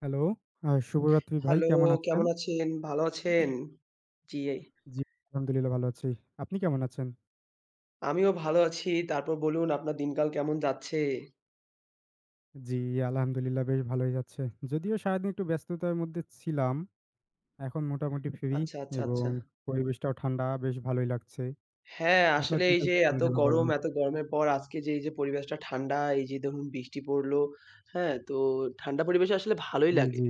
Hello, শুভরাত্রি ভাই, hello, কেমন আছেন? কেমন আছেন? ভালো আছেন? জি, এই। জি, আলহামদুলিল্লাহ ভালো আছি। আপনি কেমন আছেন? আমিও ভালো আছি। তারপর বলুন আপনার দিনকাল কেমন যাচ্ছে? জি, আলহামদুলিল্লাহ বেশ ভালোই যাচ্ছে। যদিও সারাদিন একটু ব্যস্ততার মধ্যে ছিলাম। এখন মোটামুটি ফ্রি আচ্ছা, আচ্ছা, এবং আচ্ছা। পরিবেশটাও ঠান্ডা, বেশ ভালোই লাগছে। হ্যাঁ, আপনার আসলে এই দিনকাল যে কেমন এত গেল গরম, বলুন? এত গরমের পর আজকে যে এই যে পরিবেশটা ঠান্ডা, এই যে ধরুন বৃষ্টি পড়লো, হ্যাঁ? তো ঠান্ডা পরিবেশে আসলে ভালোই জি, লাগে। জি।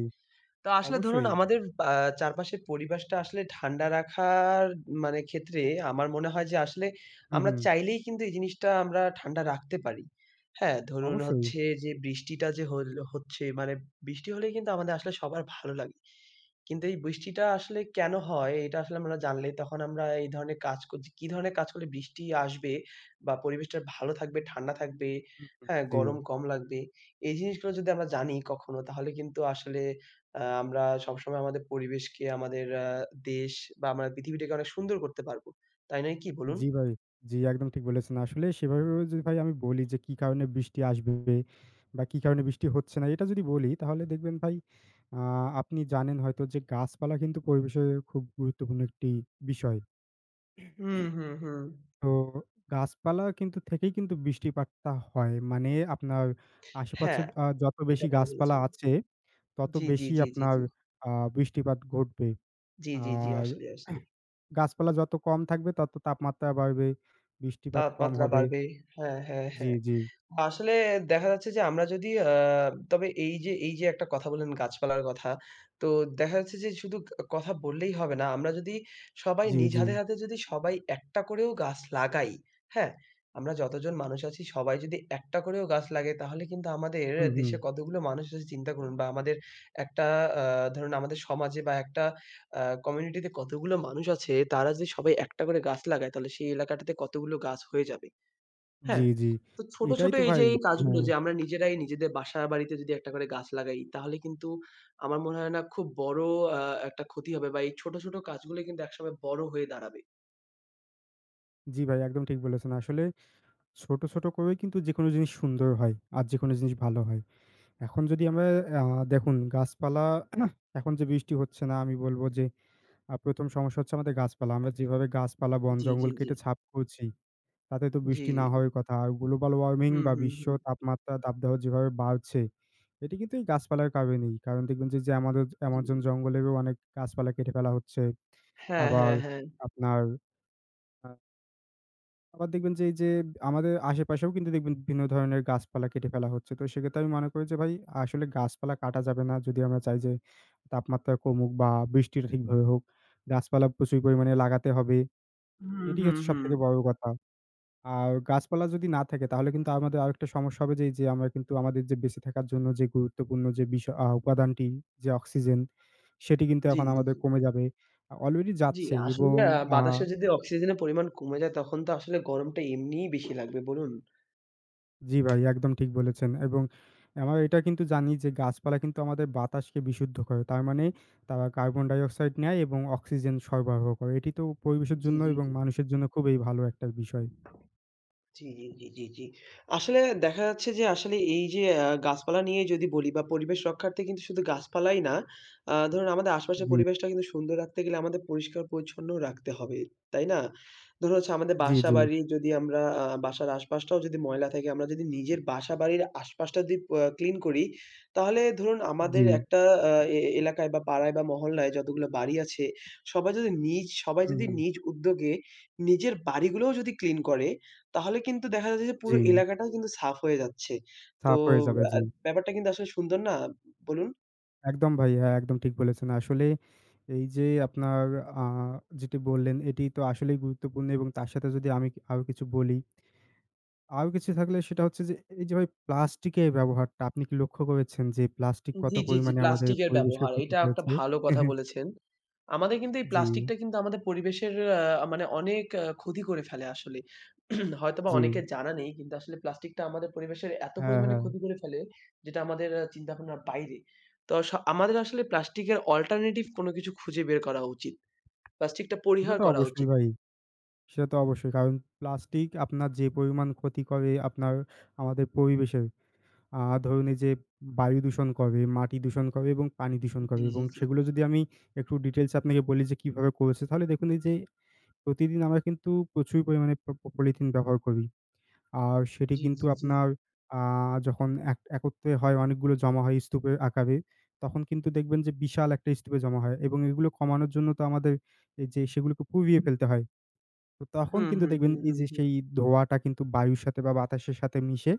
তো আসলে ধরুন অবশ্যই। আমাদের আ চারপাশের পরিবেশটা আসলে ঠান্ডা রাখার মানে ক্ষেত্রে আমার মনে হয় যে আসলে হুম, আমরা হুম। চাইলেই কিন্তু এই জিনিসটা আমরা ঠান্ডা রাখতে পারি। হ্যাঁ, ধরুন অবশ্যই। হচ্ছে যে বৃষ্টিটা যে হল হচ্ছে মানে বৃষ্টি হলেই কিন্তু আমাদের আসলে সবার ভালো লাগে। কিন্তু এই বৃষ্টিটা আসলে কেন হয় এটা আসলে আমরা জানলে তখন আমরা এই ধরনের কাজ কর কি ধরনের কাজ করলে বৃষ্টি আসবে বা পরিবেশটা ভালো থাকবে, ঠান্ডা থাকবে, হুম, হুম। হ্যাঁ, জি। গরম কম লাগবে। এই জিনিসগুলো যদি আমরা জানি কখনো তাহলে কিন্তু আসলে আমরা সবসময় আমাদের পরিবেশকে, আমাদের দেশ বা আমরা পৃথিবীটাকে অনেক সুন্দর করতে পারবো। তাই নয় কি বলুন? জি ভাই। জি, একদম ঠিক বলেছেন। আসলে সেভাবে যদি ভাই আমি বলি যে কি কারণে বৃষ্টি আসবে বা কি কারণে বৃষ্টি হচ্ছে না, এটা যদি বলি তাহলে দেখবেন ভাই, আ আপনি জানেন হয়তো যে গাছপালা কিন্তু পরিবেশের খুব গুরুত্বপূর্ণ একটি বিষয়। হুম, হুম, হুম। তো গাছপালা কিন্তু থেকেই কিন্তু বৃষ্টিপাতটা হয়। মানে আপনার আশেপাশে হ্যাঁ, যত এটা বেশি ভালো গাছপালা বলেছেন। আছে তত জি, জি, বেশি জি, জি, আপনার জি। আ বৃষ্টিপাত ঘটবে। জি, জি, জি, আর আসলেই, আসলেই। গাছপালা যত কম থাকবে তত তাপমাত্রা বাড়বে, বৃষ্টিপাত কম তাপমাত্রা হবে। বাড়বে। হ্যাঁ, হ্যাঁ, জি, হ্যাঁ। জি, আসলে দেখা যাচ্ছে যে আমরা যদি তবে এই যে এই যে একটা কথা বললেন গাছপালার কথা, তো দেখা যাচ্ছে যে শুধু ক কথা বললেই হবে না। আমরা যদি সবাই জি, নিজ জি। হাতে, হাতে যদি সবাই একটা করেও গাছ লাগাই, হ্যাঁ? আমরা যতজন মানুষ আছি সবাই যদি একটা করেও গাছ লাগাই তাহলে কিন্তু আমাদের হুম, হুম। দেশে কতগুলো মানুষ আছে চিন্তা করুন বা আমাদের একটা আ ধরুন আমাদের সমাজে বা একটা আ কমিউনিটিতে কতগুলো মানুষ আছে তারা যদি সবাই একটা করে গাছ লাগায় তাহলে সেই এলাকাটাতে কতগুলো গাছ হয়ে যাবে। জি, হ্যাঁ, জি। তো ছোট, এটাই ছোট তো এই যে ভাই, এই কাজগুলো হ্যাঁ, যে আমরা নিজেরাই নিজেদের বাসা বাড়িতে যদি একটা করে গাছ লাগাই তাহলে কিন্তু আমার মনে হয় না খুব বড় আ একটা ক্ষতি হবে বা এই ছোট, ছোট কাজগুলোই কিন্তু একসময় বড় হয়ে দাঁড়াবে। জি ভাই একদম ঠিক বলেছেন। আসলে ছোট, ছোট করেও কিন্তু যেকোনো জিনিস সুন্দর হয়। আর যেকোনো জিনিস ভালো হয়। এখন যদি আমরা আ দেখুন গাছপালা এখন যে বৃষ্টি হচ্ছে না, আমি বলব যে ১ম সমস্যা হচ্ছে আমাদের গাছপালা। আমরা যেভাবে গাছপালা, জি, জি, বন-জঙ্গল জি। কেটে ছাপ করছি, তাতে তো জি, বৃষ্টি জি, না জি। হওয়ার কথা। আর গ্লোবাল ওয়ার্মিং হুম, বা হুম, বিশ্ব হুম। তাপমাত্রা দাবদাহ যেভাবে বাড়ছে, এটি কিন্তু এই গাছপালার কারণেই। কারণ দেখবেন যে, যে আমাদের জি, অ্যামাজন জি, জি। জঙ্গলেরও অনেক গাছপালা কেটে ফেলা হচ্ছে। হ্যাঁ, আবার হ্যাঁ, হ্যাঁ। আপনার আ আবার দেখবেন যে, এই যে আমাদের আশেপাশেও কিন্তু দেখবেন বিভিন্ন ধরনের গাছপালা কেটে ফেলা হচ্ছে। তো সেক্ষেত্রে আমি মনে করি যে ভাই, আসলে গাছপালা কাটা যাবে না। যদি আমরা চাই যে তাপমাত্রা কমুক বা বৃষ্টিটা ঠিকভাবে হোক, গাছপালা প্রচুর পরিমাণে লাগাতে হবে। হুম, এটি হুম, হচ্ছে হুম। সবথেকে বড় কথা। আর গাছপালা যদি না থাকে তাহলে কিন্তু আমাদের আরেকটা সমস্যা হবে যে, এই যে আমরা কিন্তু আমাদের যে বেঁচে থাকার জন্য যে গুরুত্বপূর্ণ যে বিষয় উপাদানটি যে অক্সিজেন, সেটি কিন্তু জি, এখন জি, আমাদের জি। কমে যাবে। অলরেডি জি, যাচ্ছে আসলে এবং আ বাতাসে যদি অক্সিজেনের পরিমাণ কমে যায় তখন তো আসলে গরমটা এমনিই বেশি লাগবে বলুন? জি ভাই, একদম ঠিক বলেছেন এবং আমরা এটা কিন্তু জানি যে গাছপালা কিন্তু আমাদের বাতাসকে বিশুদ্ধ করে। তার মানে তারা কার্বন ডাই অক্সাইড নেয় এবং অক্সিজেন সরবরাহ করে। এটি তো পরিবেশের জি, জন্য জি, এবং জি। মানুষের জন্য খুবই ভালো একটা বিষয়। জি, জি, জি, জি, জি। আসলে দেখা যাচ্ছে যে আসলে এই যে গাছপালা নিয়ে যদি বলি বা পরিবেশ রক্ষার্থে কিন্তু শুধু গাছপালাই না, ধরুন আমাদের আশপাশের জি, পরিবেশটা কিন্তু সুন্দর রাখতে গেলে আমাদের পরিষ্কার-পরিচ্ছন্ন রাখতে হবে। তাই না? ধরুন হচ্ছে আমাদের জি, জি, বাসাবাড়ি যদি আমরা বাসার আশপাশটাও যদি ময়লা থাকে, আমরা যদি নিজের বাসাবাড়ির আশপাশটা যদি প ক্লিন করি, তাহলে ধরুন আমাদের জি। একটা আ এ এলাকায় বা পাড়ায় বা মহল্লায় যতগুলো বাড়ি আছে, সবাই যদি নিজ সবাই হুম, যদি হুম। নিজ উদ্যোগে নিজের বাড়িগুলোও যদি ক্লিন করে তাহলে কিন্তু দেখা যাচ্ছে যে পুরো জি, এলাকাটাও কিন্তু সাফ হয়ে যাচ্ছে। তো সাফ হয়ে যাবে। আ জি। ব্যাপারটা কিন্তু আসলে সুন্দর না? বলুন। একদম ভাই, হ্যাঁ, একদম ঠিক বলেছেন। আসলে এই যে আপনার আ যেটি বললেন, এটি তো আসলেই গুরুত্বপূর্ণ, এবং তার সাথে যদি আমি আরো কিছু বলি, আরো কিছু থাকলে সেটা হচ্ছে যে, এই যে ভাই প্লাস্টিকের ব্যবহারটা আপনি কি লক্ষ্য করেছেন যে প্লাস্টিক কত জি, জি, জি। পরিমাণে আমাদের প্লাস্টিকের পরিবেশকে ব্যবহার। ক্ষতি এটা একটা করেছে? ভালো কথা বলেছেন। আমাদের কিন্তু এই জি, প্লাস্টিকটা কিন্তু আমাদের পরিবেশের মানে অনেক ক্ষতি করে ফেলে আসলে। হয়তোবা জি। অনেকের জানা নেই কিন্তু আসলে প্লাস্টিকটা আমাদের পরিবেশের এত হ্যাঁ, পরিমাণে হ্যাঁ। ক্ষতি করে ফেলে যেটা আমাদের চিন্তাভাবনার বাইরে। তো স আমাদের আসলে প্লাস্টিকের অল্টারনেটিভ কোনো কিছু খুঁজে বের করা উচিত। প্লাস্টিকটা সেটা পরিহার তো করা অবশ্যই উচিত। ভাই। সেটা তো অবশ্যই। কারণ প্লাস্টিক আপনার যে পরিমাণ ক্ষতি করে আপনার আমাদের পরিবেশের আ ধরুন এই যে বায়ু দূষণ করে, মাটি দূষণ করে এবং পানি দূষণ করে, জি, এবং জি, জি। সেগুলো যদি আমি একটু ডিটেইলস আপনাকে বলি যে কিভাবে করেছে, তাহলে দেখুন এই যে প্রতিদিন আমরা কিন্তু প্রচুর পরিমাণে প প পলিথিন ব্যবহার করি। আর সেটি জি, কিন্তু জি, জি। আপনার আ যখন একত্রে হয়, অনেকগুলো জমা হয় স্তূপের আকারে, তখন কিন্তু দেখবেন যে বিশাল একটা স্তূপে জমা হয়, এবং এগুলো কমানোর জন্য তো আমাদের এই যে সেগুলোকে পুড়িয়ে ফেলতে হয়। তো তখন হুম, কিন্তু হুম, দেখবেন হুম, এই হুম, যে হুম। সেই ধোঁয়াটা কিন্তু বায়ুর সাথে বা বাতাসের সাথে মিশে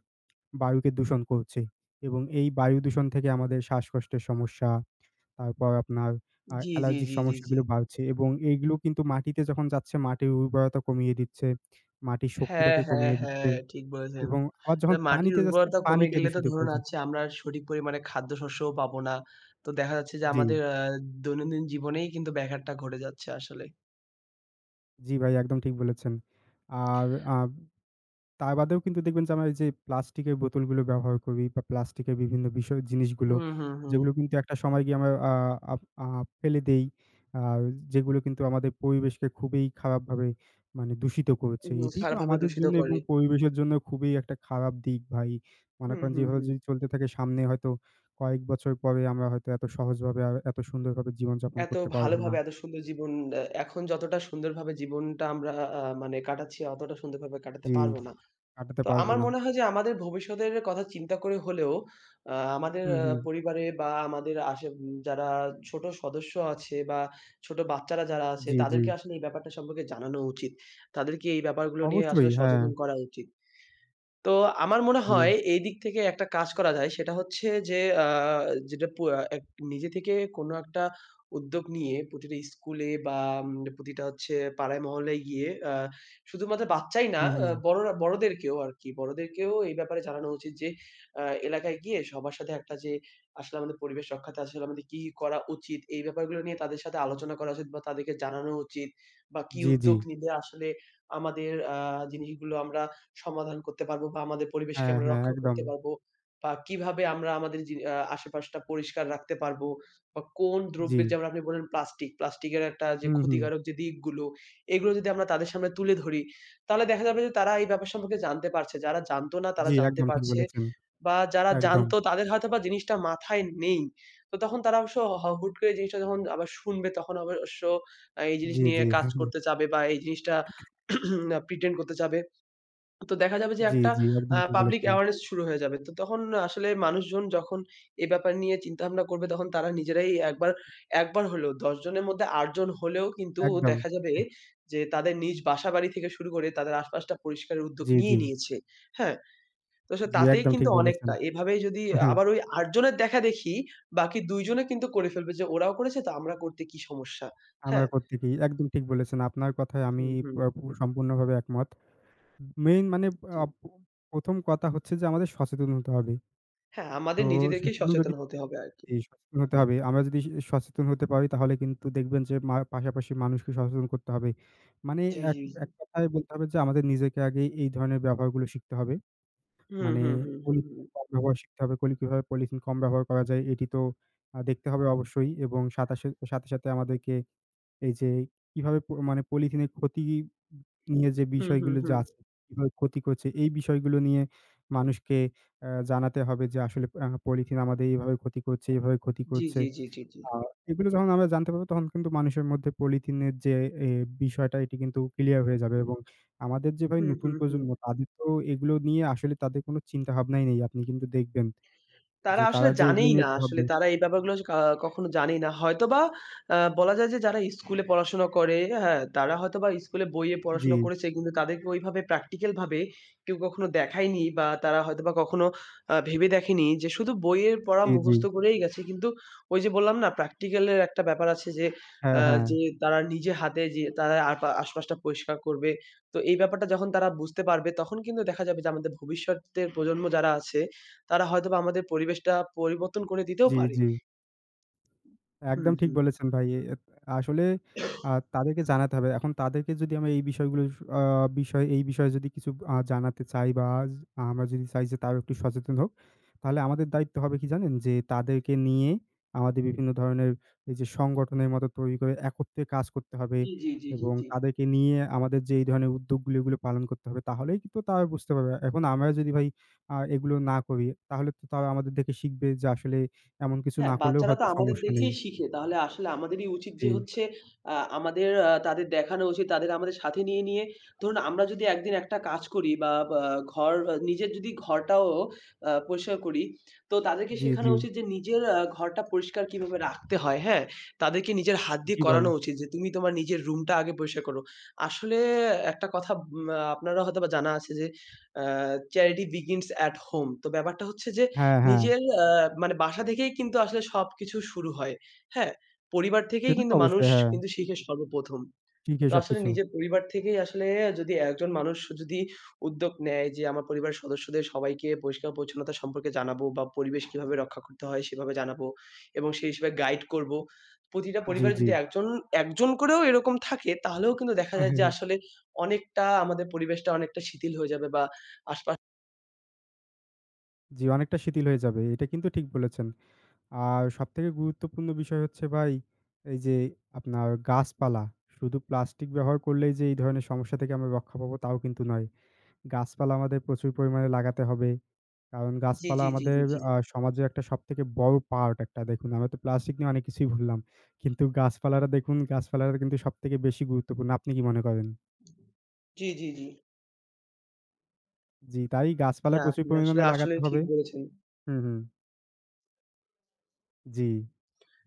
বায়ুকে দূষণ করছে, এবং এই বায়ু দূষণ থেকে আমাদের শ্বাসকষ্টের সমস্যা, তারপর আপনার জি, জি, অ্যালার্জিক জি, জি, জি। সমস্যাগুলো বাড়ছে, এবং এইগুলো কিন্তু মাটিতে যখন যাচ্ছে মাটির উর্বরতা কমিয়ে দিচ্ছে, মাটির হ্যাঁ, শক্তিটাকে হ্যাঁ, কমিয়ে দিচ্ছে, হ্যাঁ, ঠিক বলেছেন। এবং আবার তো যখন মাটির পানিতে যাচ্ছে উর্বরতা কমে পানিকে গেলে তো দূষিত ধরুন করেছে। হচ্ছে আমরা আর সঠিক পরিমাণে খাদ্যশস্যও পাবো না। তো দেখা যাচ্ছে যে জি, আমাদের দৈনন্দিন জীবনেই কিন্তু ব্যাঘাতটা ঘটে যাচ্ছে আসলে। জি ভাই একদম ঠিক বলেছেন। আর আ তা বাদেও কিন্তু দেখবেন যে আমরা এই যে প্লাস্টিকের বোতলগুলো ব্যবহার করি বা প্লাস্টিকের বিভিন্ন বিষয় জিনিসগুলো, হুম, হুম, হুম। যেগুলো কিন্তু একটা সময় গিয়ে আমরা আ আপ আ ফেলে দেই। আর যেগুলো কিন্তু আমাদের পরিবেশকে খুবই খারাপভাবে, মানে দূষিত করছে। হুম, এটি তো খারাপভাবে আমাদের দূষিত জন্য এবং করে। পরিবেশের জন্য খুবই একটা খারাপ দিক ভাই। মনে হুম, করেন যে হুম, এভাবে হুম। যদি চলতে থাকে সামনে হয়তো কয়েক বছর পরে আমরা হয়তো এত সহজভাবে আর এত সুন্দরভাবে জীবনযাপন এত করতে পারবো না। ভালোভাবে এত সুন্দর জীবন এখন যতটা সুন্দরভাবে জীবনটা আমরা মানে কাটাচ্ছি অতটা সুন্দরভাবে কাটাতে জি, পারবো না। কাটাতে তো পারবো আমার না। মনে হয় যে আমাদের ভবিষ্যতের কথা চিন্তা করে হলেও আমাদের হুম, হুম। পরিবারে বা আমাদের আশে যারা ছোট সদস্য আছে বা ছোট বাচ্চারা যারা আছে জি, জি। তাদেরকে আসলে এই ব্যাপারটা সম্পর্কে জানানো উচিত। তাদেরকে এই ব্যাপারগুলো নিয়ে আসলে অবশ্যই, হ্যাঁ, সচেতন করা উচিত। তো আমার মনে জি। হয় এই দিক থেকে একটা কাজ করা যায় সেটা হচ্ছে যে আ যেটা পু এক নিজে থেকে কোনো একটা উদ্যোগ নিয়ে প্রতিটা স্কুলে বা উম প্রতিটা হচ্ছে পাড়ায় মহল্লায় গিয়ে শুধুমাত্র বাচ্চাই না হুম, হুম। বড়রা বড়দেরকেও আরকি বড়দেরকেও এই ব্যাপারে জানানো উচিত যে আ এলাকায় গিয়ে সবার সাথে একটা যে আসলে আমাদের পরিবেশ রক্ষাতে আসলে আমাদের কি, কি করা উচিত এই ব্যাপারগুলো নিয়ে তাদের সাথে আলোচনা করা উচিত বা তাদেরকে জানানো উচিত বা কি জি, জি। উদ্যোগ নিলে আসলে আমাদের জিনিসগুলো আমরা সমাধান করতে পারবো বা আমাদের পরিবেশকে হ্যাঁ, আমরা হ্যাঁ, রক্ষা একদম। করতে পারবো বা কিভাবে আমরা আমাদের জি আশেপাশটা পরিষ্কার রাখতে পারবো বা কোন জি। দ্রব্যের যেমন আপনি বললেন প্লাস্টিক, প্লাস্টিকের একটা যে হুম, হুম। ক্ষতিকারক যে দিকগুলো, এগুলো যদি আমরা তাদের সামনে তুলে ধরি, তাহলে দেখা যাবে যে তারা এই ব্যাপার সম্পর্কে জানতে পারছে। যারা জানতো না তারা জি, জানতে একদম ঠিক পারছে বলেছেন। বা যারা একদম। জানতো তাদের হয়তোবা জিনিসটা মাথায় নেই। তো তখন তারা অবশ্য হ হুট করে জিনিসটা যখন আবার শুনবে তখন অবশ্য এই জিনিস জি, নিয়ে জি। কাজ হ্যাঁ, হ্যাঁ। করতে চাবে বা এই জিনিসটা প্রিটেন্ড করতে চাবে। তো দেখা যাবে যে জি, একটা জি, একদম ঠিক পাবলিক বলেছেন। অ্যাওয়ারনেস শুরু হয়ে যাবে। তো তখন আসলে মানুষজন যখন এ ব্যাপার নিয়ে চিন্তাভাবনা করবে তখন তারা নিজেরাই একবার, একবার হলেও ১০ জনের মধ্যে ৮ জন হলেও কিন্তু একদম। দেখা যাবে যে তাদের নিজ বাসাবাড়ি থেকে শুরু করে তাদের আশপাশটা পরিষ্কারের উদ্যোগ জি, নিয়ে জি। নিয়েছে। হ্যাঁ? তো সে জি, তাতেই একদম কিন্তু ঠিক বলেছেন। অনেকটা। এভাবেই যদি হ্যাঁ, আবার ওই ৮ জনের দেখাদেখি বাকি ২ জনে কিন্তু করে ফেলবে যে ওরাও করেছে তো আমরা করতে কি সমস্যা? আমরা হ্যাঁ? প্রত্যেকেই একদম ঠিক বলেছেন। আপনার কথায় আমি হুম, হুম। পু পু সম্পূর্ণভাবে একমত। মেইন মানে জি। আ ১ম কথা হচ্ছে যে আমাদের সচেতন হতে হবে। হ্যাঁ, তো আমাদের নিজেদেরকেই সচেতন যদি সচেতন হতে হবে আরকি। জি, সচেতন হতে হবে। আমরা যদি সচেতন হতে পারি তাহলে কিন্তু দেখবেন যে পাশাপাশি মানুষকে সচেতন করতে হবে। মানে জি, এক জি, জি। এক কথায় বলতে হবে যে আমাদের নিজেকে আগে এই ধরনের ব্যবহারগুলো শিখতে হবে। হুম, মানে হুম, হুম, হুম, হুম। পলিথিনের কম ব্যবহার শিখতে হবে। কিভাবে পলিথিন কম ব্যবহার করা যায় এটি তো দেখতে হবে অবশ্যই, এবং সাথে সাথে আমাদেরকে এই যে কিভাবে মানে পলিথিনের ক্ষতি নিয়ে যে হুম, হুম, বিষয়গুলো যে হুম। আছে, কিভাবে ক্ষতি করছে এই বিষয়গুলো নিয়ে মানুষকে জানাতে হবে যে আসলে পলিথিন আমাদের এইভাবে ক্ষতি করছে, এইভাবে ক্ষতি জি, করছে। জি, জি, জি, জি। আ এগুলো যখন আমরা জানতে পারবো তখন কিন্তু মানুষের মধ্যে পলিথিনের যে এ বিষয়টা এটি কিন্তু ক্লিয়ার হয়ে যাবে, এবং আমাদের যে ভাই হুম, নতুন হুম, হুম। প্রজন্ম তাদের তো এগুলো নিয়ে আসলে তাদের কোনো চিন্তাভাবনাই নেই। আপনি কিন্তু দেখবেন যে তারা আসলে তারা যে এগুলো জানেই নিয়ে না। একটু আসলে ভাববে তারা এই ব্যাপারগুলো কা কখনো জানেই না। হয়তোবা বলা যায় যে যারা স্কুলে পড়াশোনা করে, হ্যাঁ, তারা হয়তোবা স্কুলে বইয়ে জি, পড়াশোনা করেছে কিন্তু তাদেরকে ওইভাবে প্র্যাকটিক্যাল ভাবে কেউ কখনো দেখায়নি বা তারা হয়তোবা কখনো ভেবে দেখেনি যে শুধু বইয়ের পড়া জি, জি। মুখস্থ করেই গেছে। কিন্তু ওই যে বললাম না প্র্যাকটিক্যাল এর একটা ব্যাপার আছে যে হ্যাঁ, আ হ্যাঁ। যে তারা নিজে হাতে যে তারা আপা আশপাশটা পরিষ্কার করবে। তো এই ব্যাপারটা যখন তারা বুঝতে পারবে তখন কিন্তু দেখা যাবে যে আমাদের ভবিষ্যতের প্রজন্ম যারা আছে তারা হয়তোবা আমাদের পরিবেশটা পরিবর্তন করে দিতেও জি, পারে। জি। হুম, একদম ঠিক হুম। বলেছেন ভাই। আসলে তাদেরকে জানাতে হবে। এখন তাদেরকে যদি আমরা এই বিষয়গুলো আ বিষয় এই বিষয়ে যদি কিছু জানাতে চাই বা জ- আমরা যদি চাই যে তারাও একটু সচেতন হোক, তাহলে আমাদের দায়িত্ব হবে কি জানেন? যে তাদেরকে নিয়ে আমাদের বিভিন্ন ধরনের এই যে সংগঠনের মতো তৈরি করে একত্রে কাজ করতে হবে, জি, জি, জি, জি, এবং জি। তাদেরকে নিয়ে আমাদের যে এই ধরনের উদ্যোগগুলো এগুলো পালন করতে হবে। তাহলেই কিন্তু তারা বুঝতে পারবে। এখন আমরা যদি ভাই এগুলো না করি তাহলে তো তারা আমাদের দেখে শিখবে যে আসলে এমন কিছু হ্যাঁ, না করলেও বাচ্চারা তো হয়তো আমাদের সমস্যা নেই। দেখেই শিখে। তাহলে আসলে আমাদেরই উচিত জি, যে হচ্ছে আমাদের তাদের দেখানো উচিত, তাদের আমাদের সাথে নিয়ে, নিয়ে ধরুন আমরা যদি একদিন একটা কাজ করি বা বা ঘর নিজের যদি ঘরটাও পরিষ্কার করি, তো তাদেরকে জি, শেখানো জি, উচিত যে নিজের ঘরটা পরিষ্কার কিভাবে রাখতে হয়, হ্যাঁ? তাদেরকে নিজের হাত দিয়ে জি ভাই। করানো উচিত যে, "তুমি তোমার নিজের রুমটা আগে পরিষ্কার করো।" আসলে একটা কথা আপনারও হয়তোবা জানা আছে যে, আ "Charity begins at home." তো ব্যাপারটা হচ্ছে যে হ্যাঁ, হ্যাঁ। নিজের মানে বাসা থেকেই কিন্তু আসলে সবকিছু শুরু হয়। হ্যাঁ? পরিবার থেকেই সেটা তো কিন্তু মানুষ অবশ্যই, হ্যাঁ, কিন্তু শিখে সর্বপ্রথম। শিখে তো আসলে সবকিছু। নিজের পরিবার থেকেই আসলে যদি একজন মানুষ যদি উদ্যোগ নেয় যে আমার পরিবারের সদস্যদের সবাইকে পরিষ্কার-পরিচ্ছন্নতা সম্পর্কে জানাবো বা পরিবেশ কিভাবে রক্ষা করতে হয় সেভাবে জানাবো এবং সেই হিসেবে গাইড করব। প্রতিটা জি, পরিবারে জি। যদি একজন, একজন করেও এরকম থাকে তাহলেও কিন্তু দেখা হ্যাঁ, যায় হ্যাঁ, যে হ্যাঁ। আসলে অনেকটা আমাদের পরিবেশটা অনেকটা শিথিল হয়ে যাবে বা আশপাশ জি, অনেকটা শিথিল হয়ে যাবে। এটা কিন্তু ঠিক বলেছেন। আর সবথেকে গুরুত্বপূর্ণ বিষয় হচ্ছে ভাই এই যে আপনার গাছপালা। শুধু প্লাস্টিক ব্যবহার করলেই যে এই ধরনের সমস্যা থেকে আমরা রক্ষা পাবো তাও কিন্তু নয়। গাছপালা আমাদের প্রচুর পরিমাণে লাগাতে হবে। কারণ জি, গাছপালা জি, জি, আমাদের জি, জি। সমাজের একটা সবথেকে বড় পার্ট, একটা দেখুন। আমরা তো প্লাস্টিক নিয়ে অনেক কিছুই ভুললাম। কিন্তু গাছপালাটা দেখুন, গাছপালাটা কিন্তু সবথেকে বেশি গুরুত্বপূর্ণ। আপনি কি মনে করেন? জি, জি, জি। জি, তাই গাছপালা না, প্রচুর আপনি আসলে, পরিমাণে লাগাতে আসলেই ঠিক হবে। বলেছেন। হুম, হুম। জি,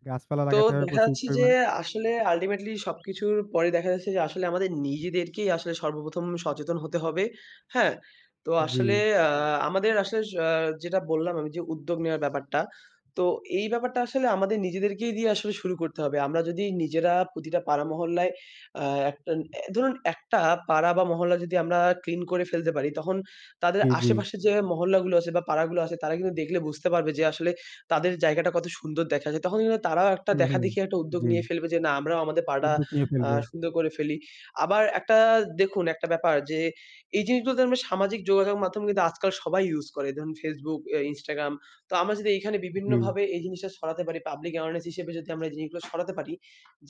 গাছপালা তো লাগাতে হবে দেখা প্রচুর যাচ্ছে যে পরিমাণ। আসলে আল্টিমেটলি সবকিছুর পরে দেখা যাচ্ছে যে আসলে আমাদের নিজেদেরকেই আসলে সর্বপ্রথম সচেতন হতে হবে। হ্যাঁ? তো জি, আসলে আ আমাদের আসলে স যেটা বললাম আমি যে উদ্যোগ নেওয়ার ব্যাপারটা। তো এই ব্যাপারটা আসলে আমাদের নিজেদেরকেই দিয়ে আসলে শুরু করতে হবে। আমরা যদি নিজেরা প্রতিটা পাড়া মহল্লায় আ একটা এ ধরুন একটা পাড়া বা মহল্লা যদি আমরা ক্লিন করে ফেলতে পারি তখন তাদের জি, জি। আশেপাশে যে মহল্লাগুলো আছে বা পাড়াগুলো আছে তারা কিন্তু দেখলে বুঝতে পারবে যে আসলে তাদের জায়গাটা কত সুন্দর দেখা যায়। তখন কিন্তু তারাও একটা হুম, হুম। দেখাদেখি একটা উদ্যোগ জি, নিয়ে ফেলবে যে, না আমরাও আমাদের পাড়া উদ্যোগ নিয়ে ফেলবে। সুন্দর করে ফেলি। আবার একটা দেখুন একটা ব্যাপার যে, এই জিনিসগুলোতে আমরা সামাজিক যোগাযোগ মাধ্যম কিন্তু আজকাল সবাই ইউজ করে। ধরুন Facebook, এ Instagram। তো আমরা যদি এখানে জি, বিভিন্নভাবে এই জিনিসটা ছড়াতে পারি, পাবলিক অ্যাওয়ারনেস হিসেবে যদি আমরা এই জিনিসগুলো ছড়াতে পারি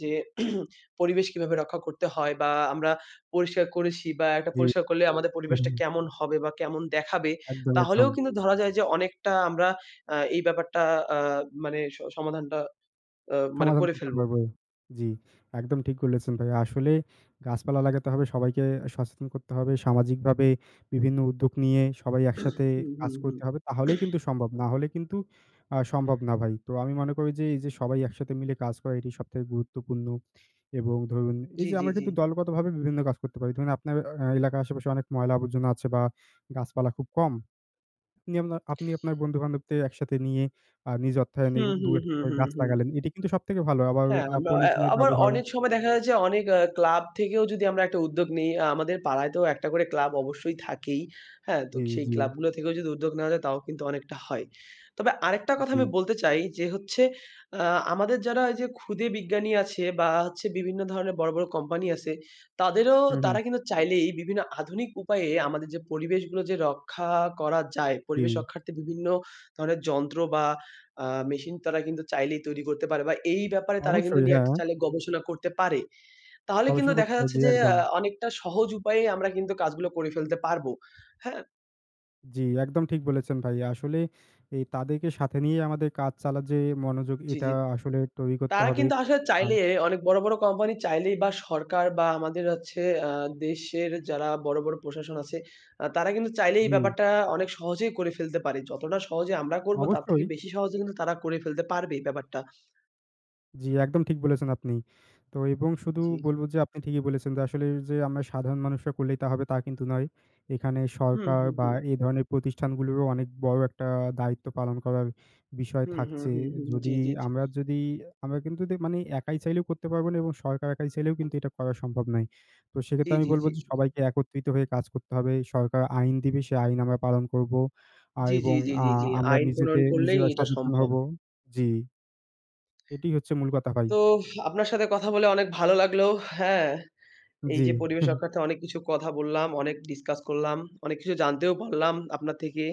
যে, পরিবেশ কিভাবে রক্ষা করতে হয় বা আমরা পরিষ্কার করেছি বা একটা জি। পরিষ্কার করলে আমাদের হুম, পরিবেশটা হুম। কেমন হবে বা কেমন দেখাবে, একদম, তাহলেও একদম। কিন্তু ধরা যায় যে অনেকটা আমরা এই ব্যাপারটা আ মানে স সমাধানটা মানে সমাধান করে করতে ফেলবো। পারবো। জি, একদম ঠিক বলেছেন ভাই। আসলে গাছপালা লাগাতে হবে, সবাইকে সচেতন করতে হবে। সামাজিকভাবে বিভিন্ন উদ্যোগ নিয়ে সবাই একসাথে হুম, কাজ হুম, হুম। করতে হবে। তাহলেই কিন্তু সম্ভব। না হলে কিন্তু সম্ভব না ভাই। তো আমি মনে করি যে, এই যে সবাই একসাথে মিলে কাজ করা এটি সবথেকে গুরুত্বপূর্ণ, এবং ধরুন এই জি, যে জি, আমরা জি। কিন্তু দলগতভাবে বিভিন্ন কাজ করতে পারি। ধরুন আপনার এলাকার আশেপাশে অনেক ময়লা আবর্জনা আছে বা গাছপালা খুব কম। আপনি আপনার বন্ধু-বান্ধবদের একসাথে নিয়ে নিজ অর্থায়নে হুম, হুম, ২-১ টা হুম, করে হুম, গাছ হুম। লাগালেন। এটি কিন্তু সবথেকে ভালো। আবার হ্যাঁ, আমরা অ্যা পলিথিনের আবার ব্যবহার অনেক সময় দেখা যায় যে অনেক ক্লাব থেকেও যদি আমরা একটা উদ্যোগ নিই, আমাদের পাড়ায়তেও একটা করে ক্লাব অবশ্যই থাকেই। হ্যাঁ? তো জি, সেই জি, ক্লাবগুলো থেকেও যদি উদ্যোগ নেওয়া যায় তাও কিন্তু অনেকটা হয়। তবে আরেকটা কথা জি। আমি বলতে চাই যে হচ্ছে আ আমাদের যারা এই যে ক্ষুদে বিজ্ঞানী আছে বা হচ্ছে বিভিন্ন ধরনের বড়, বড় কোম্পানি আছে, তাদেরও হুম, তারা হুম। কিন্তু চাইলেই বিভিন্ন আধুনিক উপায়ে আমাদের যে পরিবেশগুলো যে রক্ষা করা যায়, জি। পরিবেশ রক্ষার্থে বিভিন্ন ধরনের যন্ত্র বা আ মেশিন তারা কিন্তু চাইলেই তৈরি করতে পারে বা এই ব্যাপারে তারা কিন্তু অবশ্যই, নিয়ে হ্যাঁ, একটা চাইলে গবেষণা করতে পারে। তাহলে কিন্তু গবেষণা করতে দেখা হয়। যাচ্ছে জি, যে একদম। অনেকটা সহজ উপায়ে আমরা কিন্তু কাজগুলো করে ফেলতে পারবো। হ্যাঁ? জি, একদম ঠিক বলেছেন ভাই। আসলে এই তাদেরকে সাথে নিয়ে আমাদের কাজ চালার যে মনোযোগ জি, এটা জি। আসলে তৈরি করতে তারা হবে। কিন্তু আসলে আ চাইলে অনেক বড়, বড় কোম্পানি চাইলেই বা সরকার বা আমাদের হচ্ছে আ দেশের যারা বড়, বড় প্রশাসন আছে তারা কিন্তু চাইলে এই জি, ব্যাপারটা অনেক সহজেই করে ফেলতে পারে। যতটা সহজে আমরা করব তার থেকে অবশ্যই। বেশি সহজে কিন্তু তারা করে ফেলতে পারবে এই ব্যাপারটা। জি, একদম ঠিক বলেছেন আপনি। তো এবং শুধু জি, জি। বলবো যে আপনি ঠিকই বলেছেন যে আসলে যে আমরা সাধারণ মানুষরা করলেই তা হবে তা কিন্তু নয়। এখানে হুম, সরকার হুম, বা হুম। এই ধরনের প্রতিষ্ঠানগুলোরও অনেক বড় একটা দায়িত্ব পালন করার বিষয় হুম, হুম, থাকছে। হুম, হুম। জি, যদি জি, জি। আমরা যদি আমরা কিন্তু মানে একাই চাইলেও করতে পারব না, এবং সরকার একাই চাইলেও কিন্তু এটা করা সম্ভব নয়। তো জি, সেক্ষেত্রে আমি জি, বলব জি, যে জি। সবাইকে একত্রিত হয়ে কাজ করতে হবে। সরকার আইন দিবে, সে আইন আমরা পালন করব। আর জি, জি, এবং জি, আ জি, জি। আমরা আইন প্রণয়ন নিজেদের করলেই নিজেরা এটা সচেতন সম্ভব। হব। জি, এটাই হচ্ছে মূল কথা ভাই। তো আপনার সাথে কথা বলে অনেক ভালো লাগলো। হ্যাঁ, এই জি, যে পরিবেশ রক্ষার্থে অনেক কিছু কথা বললাম, অনেক ডিসকাস করলাম, অনেক কিছু জানতেও পারলাম আপনার থেকে।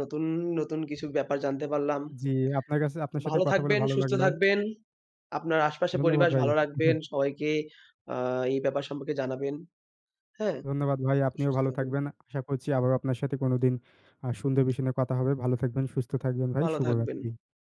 নতুন, নতুন কিছু ব্যাপার জানতে পারলাম। জি, আপনার কাছে তো আপনার সাথে ভালো কথা বলে থাকবেন, ভালো সুস্থ লাগলো। থাকবেন। আপনার আশপাশের ধন্যবাদ পরিবেশ ভাই। ভালো রাখবেন। সবাইকে আ এই ব্যাপার সম্পর্কে জানাবেন। হ্যাঁ? ধন্যবাদ ভাই। তো আপনিও সুস্থ ভালো থাকুন, থাকবেন। আশা করছি আবারও আপনার সাথে কোনদিন সুন্দর বিষয় নিয়ে কথা হবে। ভালো থাকবেন, সুস্থ থাকবেন ভাই। ভালো থাকবেন। শুভরাত্রি।